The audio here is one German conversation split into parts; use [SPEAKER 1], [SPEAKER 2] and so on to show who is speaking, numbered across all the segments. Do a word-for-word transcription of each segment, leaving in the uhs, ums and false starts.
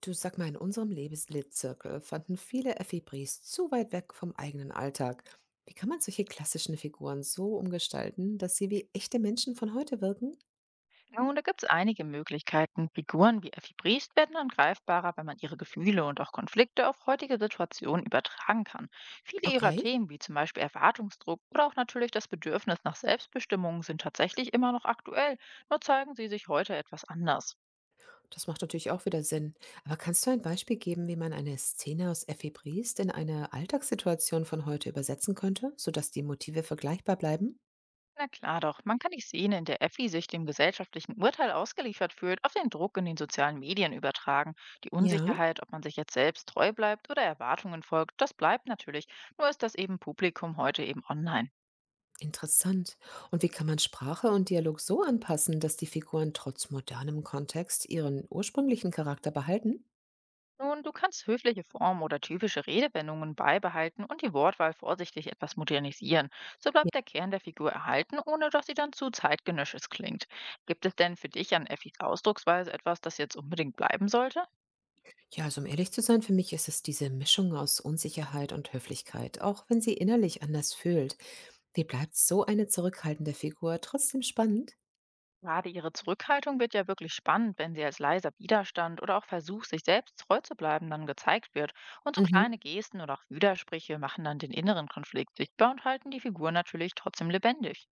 [SPEAKER 1] Du, sag mal, in unserem Lebenslitzirkel fanden viele Effibriest zu weit weg vom eigenen Alltag. Wie kann man solche klassischen Figuren so umgestalten, dass sie wie echte Menschen von heute wirken?
[SPEAKER 2] Nun, da gibt es einige Möglichkeiten. Figuren wie Effi Briest werden dann greifbarer, wenn man ihre Gefühle und auch Konflikte auf heutige Situationen übertragen kann. Viele ihrer
[SPEAKER 1] Okay,
[SPEAKER 2] Themen, wie zum Beispiel Erwartungsdruck oder auch natürlich das Bedürfnis nach Selbstbestimmung, sind tatsächlich immer noch aktuell, nur zeigen sie sich heute etwas anders.
[SPEAKER 1] das macht natürlich auch wieder Sinn. Aber kannst du ein Beispiel geben, wie man eine Szene aus Effibriest in eine Alltagssituation von heute übersetzen könnte, sodass die Motive vergleichbar bleiben?
[SPEAKER 2] Na klar doch, man kann nicht sehen, in der Effi sich dem gesellschaftlichen Urteil ausgeliefert fühlt, auf den Druck in den sozialen Medien übertragen. Die
[SPEAKER 1] Ja,
[SPEAKER 2] Unsicherheit, ob man sich jetzt selbst treu bleibt oder Erwartungen folgt, das bleibt natürlich. Nur ist das eben Publikum heute eben online.
[SPEAKER 1] interessant. Und wie kann man Sprache und Dialog so anpassen, dass die Figuren trotz modernem Kontext ihren ursprünglichen Charakter behalten?
[SPEAKER 2] Nun, du kannst höfliche Formen oder typische Redewendungen beibehalten und die Wortwahl vorsichtig etwas modernisieren. So bleibt der Kern der Figur erhalten, ohne dass sie dann zu zeitgenössisch klingt. Gibt es denn für dich an Effis Ausdrucksweise etwas, das jetzt unbedingt bleiben sollte?
[SPEAKER 1] Ja, also um ehrlich zu sein, für mich ist es diese Mischung aus Unsicherheit und Höflichkeit, auch wenn sie innerlich anders fühlt. Wie bleibt so eine zurückhaltende Figur trotzdem spannend?
[SPEAKER 2] Gerade ihre Zurückhaltung wird ja wirklich spannend, wenn sie als leiser Widerstand oder auch Versuch, sich selbst treu zu bleiben, dann gezeigt wird. Und so kleine
[SPEAKER 1] Mhm.
[SPEAKER 2] Gesten oder auch Widersprüche machen dann den inneren Konflikt sichtbar und halten die Figur natürlich trotzdem lebendig.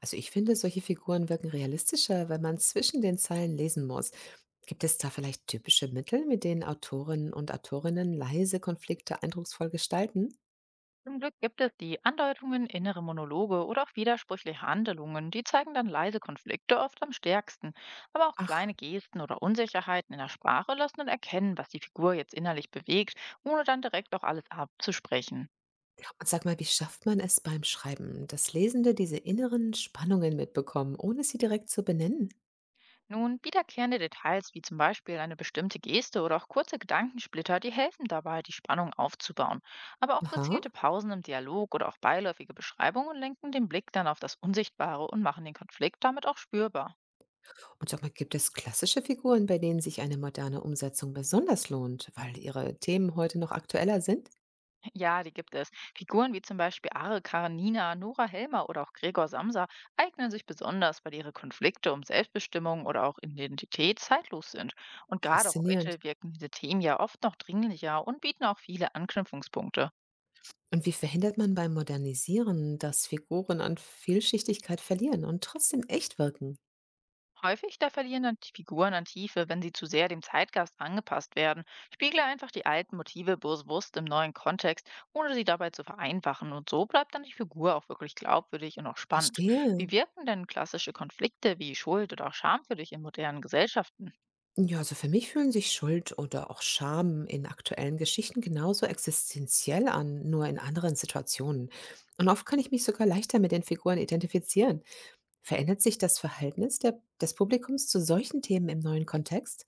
[SPEAKER 1] Also ich finde, solche Figuren wirken realistischer, weil man zwischen den Zeilen lesen muss. Gibt es da vielleicht typische Mittel, mit denen Autorinnen und Autorinnen leise Konflikte eindrucksvoll gestalten?
[SPEAKER 2] Zum Glück gibt es die Andeutungen, innere Monologe oder auch widersprüchliche Handlungen, die zeigen dann leise Konflikte oft am stärksten. Aber auch
[SPEAKER 1] Ach,
[SPEAKER 2] kleine Gesten oder Unsicherheiten in der Sprache lassen dann erkennen, was die Figur jetzt innerlich bewegt, ohne dann direkt auch alles abzusprechen.
[SPEAKER 1] und sag mal, wie schafft man es beim Schreiben, dass Lesende diese inneren Spannungen mitbekommen, ohne sie direkt zu benennen?
[SPEAKER 2] Nun, wiederkehrende Details wie zum Beispiel eine bestimmte Geste oder auch kurze Gedankensplitter, die helfen dabei, die Spannung aufzubauen. Aber auch
[SPEAKER 1] Aha.
[SPEAKER 2] gezielte Pausen im Dialog oder auch beiläufige Beschreibungen lenken den Blick dann auf das Unsichtbare und machen den Konflikt damit auch spürbar.
[SPEAKER 1] Und sag mal, gibt es klassische Figuren, bei denen sich eine moderne Umsetzung besonders lohnt, weil ihre Themen heute noch aktueller sind?
[SPEAKER 2] Ja, die gibt es. Figuren wie zum Beispiel Are Karenina, Nora Helmer oder auch Gregor Samsa eignen sich besonders, weil ihre Konflikte um Selbstbestimmung oder auch Identität zeitlos sind. Und gerade
[SPEAKER 1] Faszinierend.
[SPEAKER 2] heute wirken diese Themen ja oft noch dringlicher und bieten auch viele Anknüpfungspunkte.
[SPEAKER 1] Und wie verhindert man beim Modernisieren, dass Figuren an Vielschichtigkeit verlieren und trotzdem echt wirken?
[SPEAKER 2] Häufig, da verlieren dann die Figuren an Tiefe, wenn sie zu sehr dem Zeitgeist angepasst werden. Spiegle einfach die alten Motive bewusst im neuen Kontext, ohne sie dabei zu vereinfachen. Und so bleibt dann die Figur auch wirklich glaubwürdig und auch spannend. Wie
[SPEAKER 1] Verstehe.
[SPEAKER 2] wirken denn klassische Konflikte wie Schuld oder auch Scham für dich in modernen Gesellschaften?
[SPEAKER 1] Ja, also für mich fühlen sich Schuld oder auch Scham in aktuellen Geschichten genauso existenziell an, nur in anderen Situationen. Und oft kann ich mich sogar leichter mit den Figuren identifizieren. Verändert sich das Verhältnis der, des Publikums zu solchen Themen im neuen Kontext?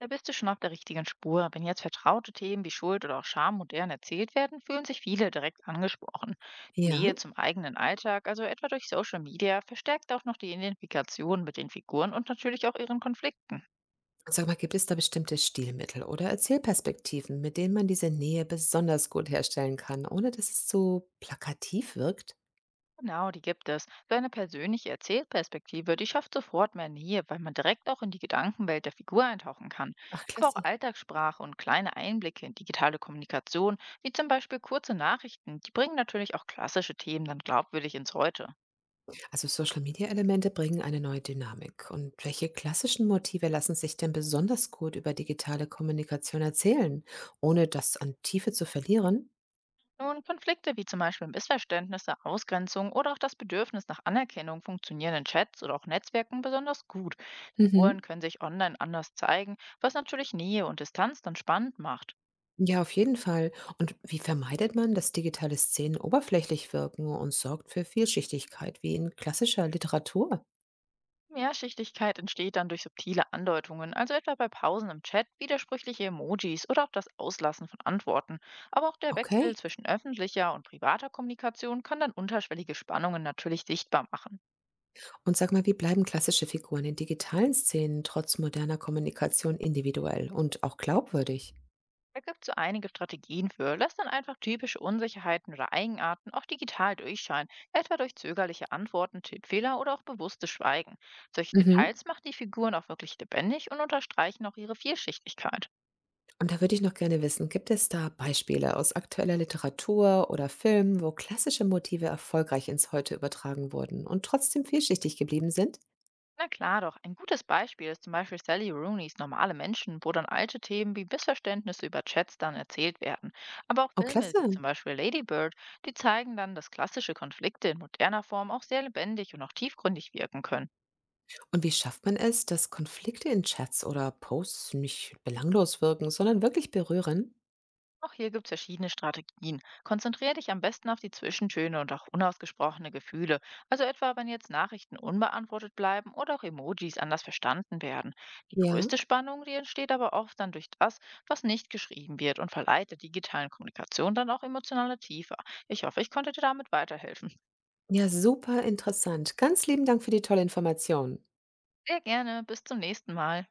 [SPEAKER 2] Da bist du schon auf der richtigen Spur. Wenn jetzt vertraute Themen wie Schuld oder auch Scham modern erzählt werden, fühlen sich viele direkt angesprochen. Die
[SPEAKER 1] Ja,
[SPEAKER 2] Nähe zum eigenen Alltag, also etwa durch Social Media, verstärkt auch noch die Identifikation mit den Figuren und natürlich auch ihren Konflikten.
[SPEAKER 1] und sag mal, gibt es da bestimmte Stilmittel oder Erzählperspektiven, mit denen man diese Nähe besonders gut herstellen kann, ohne dass es zu plakativ wirkt?
[SPEAKER 2] Genau, die gibt es. So eine persönliche Erzählperspektive, die schafft sofort mehr Nähe, weil man direkt auch in die Gedankenwelt der Figur eintauchen kann.
[SPEAKER 1] Ach,
[SPEAKER 2] Aber
[SPEAKER 1] klasse.
[SPEAKER 2] auch Alltagssprache und kleine Einblicke in digitale Kommunikation, wie zum Beispiel kurze Nachrichten, die bringen natürlich auch klassische Themen dann glaubwürdig ins Heute.
[SPEAKER 1] Also Social-Media-Elemente bringen eine neue Dynamik. Und welche klassischen Motive lassen sich denn besonders gut über digitale Kommunikation erzählen, ohne das an Tiefe zu verlieren?
[SPEAKER 2] Nun, Konflikte wie zum Beispiel Missverständnisse, Ausgrenzung oder auch das Bedürfnis nach Anerkennung funktionieren in Chats oder auch Netzwerken besonders gut.
[SPEAKER 1] Mhm.
[SPEAKER 2] Figuren können sich online anders zeigen, was natürlich Nähe und Distanz dann spannend macht.
[SPEAKER 1] Ja, auf jeden Fall. Und wie vermeidet man, dass digitale Szenen oberflächlich wirken und sorgt für Vielschichtigkeit wie in klassischer Literatur?
[SPEAKER 2] Mehrschichtigkeit entsteht dann durch subtile Andeutungen, also etwa bei Pausen im Chat, widersprüchliche Emojis oder auch das Auslassen von Antworten. Aber auch der
[SPEAKER 1] Okay.
[SPEAKER 2] Wechsel zwischen öffentlicher und privater Kommunikation kann dann unterschwellige Spannungen natürlich sichtbar machen.
[SPEAKER 1] Und sag mal, wie bleiben klassische Figuren in digitalen Szenen trotz moderner Kommunikation individuell und auch glaubwürdig?
[SPEAKER 2] Da gibt es so einige Strategien für. Lass dann einfach typische Unsicherheiten oder Eigenarten auch digital durchscheinen, etwa durch zögerliche Antworten, Tippfehler oder auch bewusstes Schweigen. Solche
[SPEAKER 1] Mhm.
[SPEAKER 2] Details machen die Figuren auch wirklich lebendig und unterstreichen auch ihre Vielschichtigkeit.
[SPEAKER 1] Und da würde ich noch gerne wissen, gibt es da Beispiele aus aktueller Literatur oder Filmen, wo klassische Motive erfolgreich ins Heute übertragen wurden und trotzdem vielschichtig geblieben sind?
[SPEAKER 2] Na klar doch, ein gutes Beispiel ist zum Beispiel Sally Rooney's Normale Menschen, wo dann alte Themen wie Missverständnisse über Chats dann erzählt werden. Aber auch
[SPEAKER 1] Oh,
[SPEAKER 2] Filme wie
[SPEAKER 1] klasse.
[SPEAKER 2] zum Beispiel Lady Bird, die zeigen dann, dass klassische Konflikte in moderner Form auch sehr lebendig und auch tiefgründig wirken können.
[SPEAKER 1] Und wie schafft man es, dass Konflikte in Chats oder Posts nicht belanglos wirken, sondern wirklich berühren?
[SPEAKER 2] Auch hier gibt es verschiedene Strategien. Konzentriere dich am besten auf die Zwischentöne und auch unausgesprochene Gefühle. Also etwa, wenn jetzt Nachrichten unbeantwortet bleiben oder auch Emojis anders verstanden werden. Die
[SPEAKER 1] Ja,
[SPEAKER 2] größte Spannung, die entsteht aber oft dann durch das, was nicht geschrieben wird und verleiht der digitalen Kommunikation dann auch emotionale Tiefe. Ich hoffe, ich konnte dir damit weiterhelfen.
[SPEAKER 1] ja, super interessant. Ganz lieben Dank für die tolle Information.
[SPEAKER 2] Sehr gerne. Bis zum nächsten Mal.